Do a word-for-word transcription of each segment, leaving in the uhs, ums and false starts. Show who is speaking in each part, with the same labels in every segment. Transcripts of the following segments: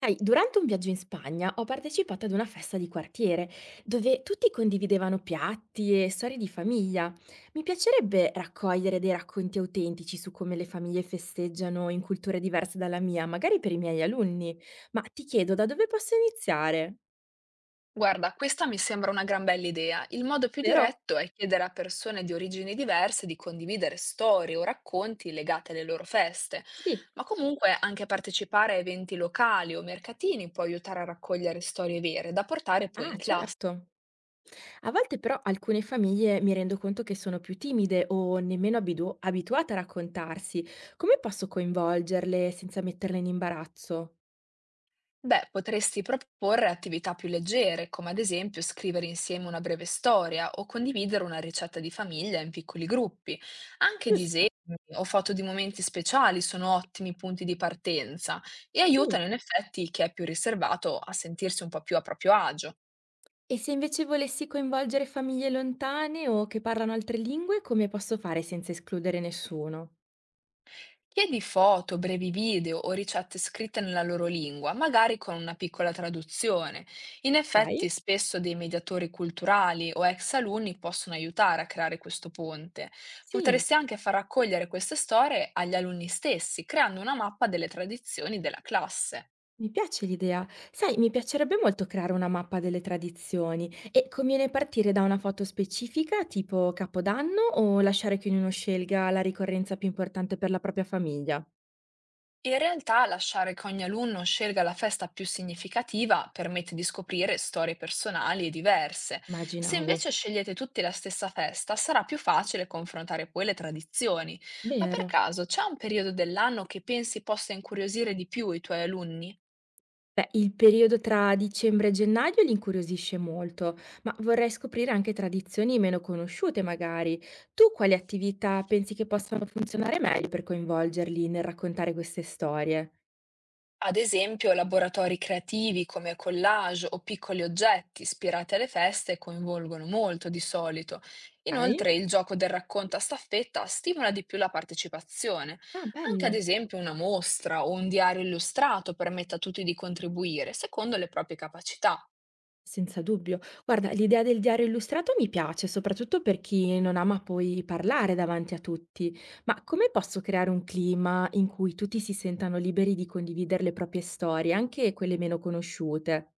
Speaker 1: Sai, durante un viaggio in Spagna ho partecipato ad una festa di quartiere, dove tutti condividevano piatti e storie di famiglia. Mi piacerebbe raccogliere dei racconti autentici su come le famiglie festeggiano in culture diverse dalla mia, magari per i miei alunni. Ma ti chiedo da dove posso iniziare?
Speaker 2: Guarda, questa mi sembra una gran bella idea. Il modo più
Speaker 1: Però,
Speaker 2: diretto è chiedere a persone di origini diverse di condividere storie o racconti legate alle loro feste,
Speaker 1: sì.
Speaker 2: ma comunque anche partecipare a eventi locali o mercatini può aiutare a raccogliere storie vere da portare poi
Speaker 1: Ah,
Speaker 2: in classe.
Speaker 1: certo. A volte però alcune famiglie mi rendo conto che sono più timide o nemmeno abidu- abituate a raccontarsi. Come posso coinvolgerle senza metterle in imbarazzo?
Speaker 2: Beh, potresti proporre attività più leggere, come ad esempio scrivere insieme una breve storia o condividere una ricetta di famiglia in piccoli gruppi. Anche disegni
Speaker 1: Giusto.
Speaker 2: o foto di momenti speciali sono ottimi punti di partenza e
Speaker 1: Sì.
Speaker 2: aiutano in effetti chi è più riservato a sentirsi un po' più a proprio agio.
Speaker 1: E se invece volessi coinvolgere famiglie lontane o che parlano altre lingue, come posso fare senza escludere nessuno?
Speaker 2: Chiedi foto, brevi video o ricette scritte nella loro lingua, magari con una piccola traduzione. In
Speaker 1: Okay.
Speaker 2: effetti, spesso dei mediatori culturali o ex alunni possono aiutare a creare questo ponte.
Speaker 1: Sì,
Speaker 2: Potresti anche far raccogliere queste storie agli alunni stessi, creando una mappa delle tradizioni della classe.
Speaker 1: mi piace l'idea. Sai, mi piacerebbe molto creare una mappa delle tradizioni e conviene partire da una foto specifica, tipo Capodanno, o lasciare che ognuno scelga la ricorrenza più importante per la propria famiglia?
Speaker 2: In realtà lasciare che ogni alunno scelga la festa più significativa permette di scoprire storie personali e diverse. Se
Speaker 1: Immaginavo.
Speaker 2: invece scegliete tutti la stessa festa, sarà più facile confrontare poi le tradizioni. Ma per
Speaker 1: Vero.
Speaker 2: caso c'è un periodo dell'anno che pensi possa incuriosire di più i tuoi alunni?
Speaker 1: Beh, il periodo tra dicembre e gennaio li incuriosisce molto, ma vorrei scoprire anche tradizioni meno conosciute magari. Tu quali attività pensi che possano funzionare meglio per coinvolgerli nel raccontare queste storie?
Speaker 2: Ad esempio, laboratori creativi come collage o piccoli oggetti ispirati alle feste coinvolgono molto di solito.
Speaker 1: Ok.
Speaker 2: Inoltre, il gioco del racconto a staffetta stimola di più la partecipazione.
Speaker 1: Ah,
Speaker 2: Anche ad
Speaker 1: bello.
Speaker 2: esempio una mostra o un diario illustrato permette a tutti di contribuire secondo le proprie capacità.
Speaker 1: Senza dubbio. Guarda, l'idea del diario illustrato mi piace, soprattutto per chi non ama poi parlare davanti a tutti. Ma come posso creare un clima in cui tutti si sentano liberi di condividere le proprie storie, anche quelle meno conosciute?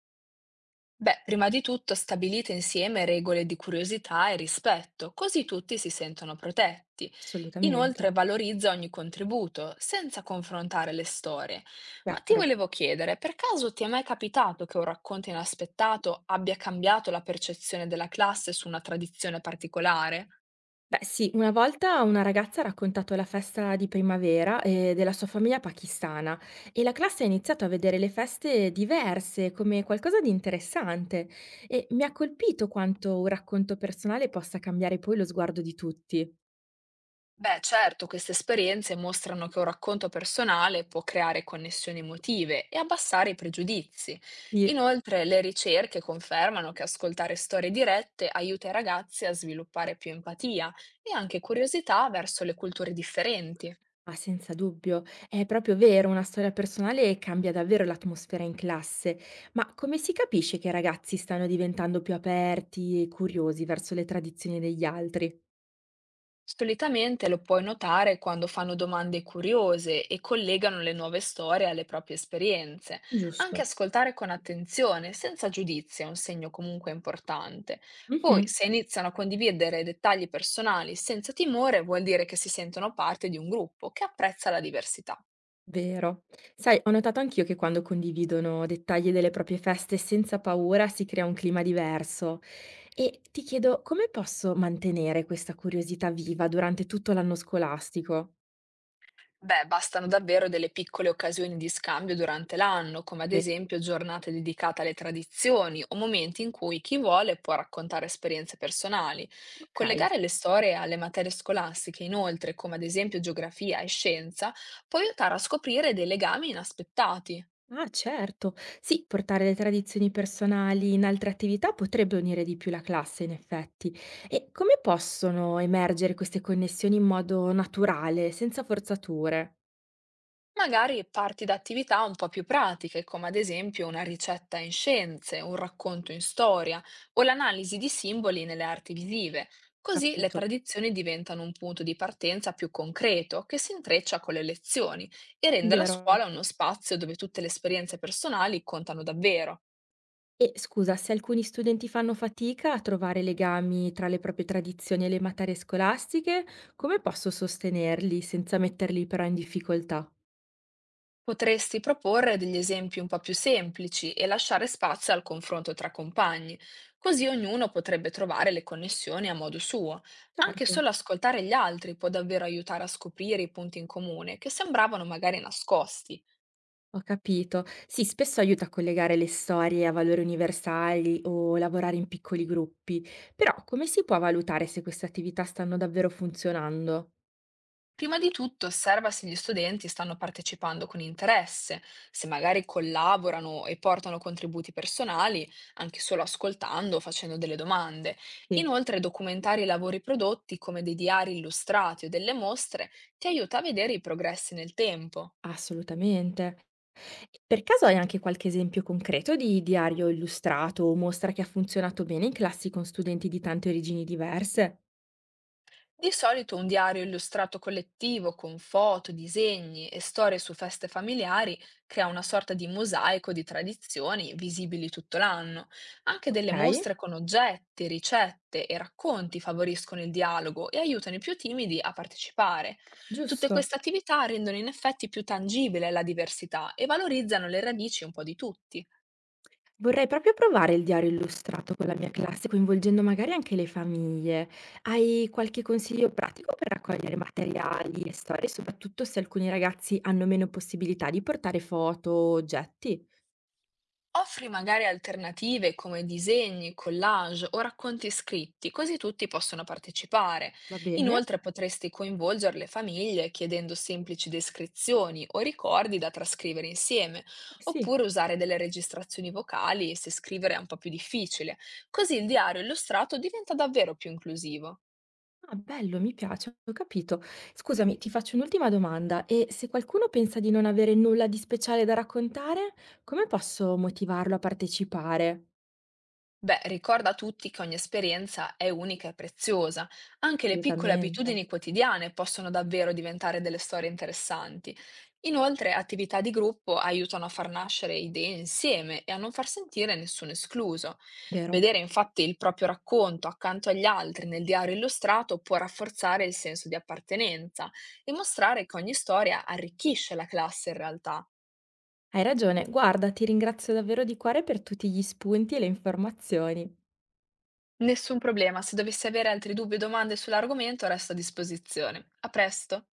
Speaker 2: Beh, prima di tutto stabilite insieme regole di curiosità e rispetto, così tutti si sentono protetti.
Speaker 1: Assolutamente.
Speaker 2: Inoltre valorizza ogni contributo, senza confrontare le storie. Ma ti
Speaker 1: Chiaro.
Speaker 2: volevo chiedere, per caso ti è mai capitato che un racconto inaspettato abbia cambiato la percezione della classe su una tradizione particolare?
Speaker 1: Beh sì, una volta una ragazza ha raccontato la festa di primavera, ehm, della sua famiglia pakistana e la classe ha iniziato a vedere le feste diverse come qualcosa di interessante e mi ha colpito quanto un racconto personale possa cambiare poi lo sguardo di tutti.
Speaker 2: Beh, certo, queste esperienze mostrano che un racconto personale può creare connessioni emotive e abbassare i pregiudizi.
Speaker 1: Sì.
Speaker 2: Inoltre, le ricerche confermano che ascoltare storie dirette aiuta i ragazzi a sviluppare più empatia e anche curiosità verso le culture differenti.
Speaker 1: Ah, senza dubbio, è proprio vero, una storia personale cambia davvero l'atmosfera in classe, ma come si capisce che i ragazzi stanno diventando più aperti e curiosi verso le tradizioni degli altri?
Speaker 2: Solitamente lo puoi notare quando fanno domande curiose e collegano le nuove storie alle proprie esperienze. Anche
Speaker 1: Giusto.
Speaker 2: ascoltare con attenzione, senza giudizio, è un segno comunque importante. Poi,
Speaker 1: Mh-mh.
Speaker 2: se iniziano a condividere dettagli personali senza timore, vuol dire che si sentono parte di un gruppo che apprezza la diversità.
Speaker 1: Vero. Sai, ho notato anch'io che quando condividono dettagli delle proprie feste senza paura si crea un clima diverso. E ti chiedo come posso mantenere questa curiosità viva durante tutto l'anno scolastico?
Speaker 2: Beh, bastano davvero delle piccole occasioni di scambio durante l'anno, come ad
Speaker 1: Beh,
Speaker 2: esempio giornate dedicate alle tradizioni o momenti in cui chi vuole può raccontare esperienze personali.
Speaker 1: ok.
Speaker 2: Collegare le storie alle materie scolastiche, inoltre, come ad esempio geografia e scienza, può aiutare a scoprire dei legami inaspettati.
Speaker 1: Ah, certo. Sì, portare le tradizioni personali in altre attività potrebbe unire di più la classe, in effetti. E come possono emergere queste connessioni in modo naturale, senza forzature?
Speaker 2: Magari parti da attività un po' più pratiche, come ad esempio una ricetta in scienze, un racconto in storia o l'analisi di simboli nelle arti visive. Così le
Speaker 1: Capito.
Speaker 2: tradizioni diventano un punto di partenza più concreto che si intreccia con le lezioni e rende la
Speaker 1: Vero.
Speaker 2: scuola uno spazio dove tutte le esperienze personali contano davvero.
Speaker 1: E scusa, se alcuni studenti fanno fatica a trovare legami tra le proprie tradizioni e le materie scolastiche, come posso sostenerli senza metterli però in difficoltà?
Speaker 2: Potresti proporre degli esempi un po' più semplici e lasciare spazio al confronto tra compagni, così ognuno potrebbe trovare le connessioni a modo suo. Anche
Speaker 1: Certo,
Speaker 2: solo ascoltare gli altri può davvero aiutare a scoprire i punti in comune che sembravano magari nascosti.
Speaker 1: ho capito. Sì, spesso aiuta a collegare le storie a valori universali o lavorare in piccoli gruppi, però come si può valutare se queste attività stanno davvero funzionando?
Speaker 2: Prima di tutto osserva se gli studenti stanno partecipando con interesse, se magari collaborano e portano contributi personali, anche solo ascoltando o facendo delle domande.
Speaker 1: Sì.
Speaker 2: Inoltre, documentare i lavori prodotti come dei diari illustrati o delle mostre ti aiuta a vedere i progressi nel tempo.
Speaker 1: Assolutamente. Per caso hai anche qualche esempio concreto di diario illustrato o mostra che ha funzionato bene in classi con studenti di tante origini diverse?
Speaker 2: Di solito un diario illustrato collettivo con foto, disegni e storie su feste familiari crea una sorta di mosaico di tradizioni visibili tutto l'anno. Anche delle
Speaker 1: Okay,
Speaker 2: mostre con oggetti, ricette e racconti favoriscono il dialogo e aiutano i più timidi a partecipare. Tutte
Speaker 1: giusto.
Speaker 2: queste attività rendono in effetti più tangibile la diversità e valorizzano le radici un po' di tutti.
Speaker 1: Vorrei proprio provare il diario illustrato con la mia classe, coinvolgendo magari anche le famiglie. Hai qualche consiglio pratico per raccogliere materiali e storie, soprattutto se alcuni ragazzi hanno meno possibilità di portare foto o oggetti?
Speaker 2: Offri magari alternative come disegni, collage o racconti scritti, così tutti possono partecipare.
Speaker 1: Va bene?
Speaker 2: Inoltre potresti coinvolgere le famiglie chiedendo semplici descrizioni o ricordi da trascrivere insieme,
Speaker 1: Eh sì.
Speaker 2: oppure usare delle registrazioni vocali se scrivere è un po' più difficile. Così il diario illustrato diventa davvero più inclusivo.
Speaker 1: Ah, bello, mi piace, ho capito. Scusami, ti faccio un'ultima domanda e se qualcuno pensa di non avere nulla di speciale da raccontare, come posso motivarlo a partecipare?
Speaker 2: Beh, ricorda a tutti che ogni esperienza è unica e preziosa. Anche le piccole
Speaker 1: Assolutamente,
Speaker 2: abitudini quotidiane possono davvero diventare delle storie interessanti. Inoltre, attività di gruppo aiutano a far nascere idee insieme e a non far sentire nessuno escluso.
Speaker 1: vero?
Speaker 2: Vedere infatti il proprio racconto accanto agli altri nel diario illustrato può rafforzare il senso di appartenenza e mostrare che ogni storia arricchisce la classe in realtà.
Speaker 1: Hai ragione. Guarda, ti ringrazio davvero di cuore per tutti gli spunti e le informazioni.
Speaker 2: Nessun problema, se dovessi avere altri dubbi o domande sull'argomento, resto a disposizione. A presto!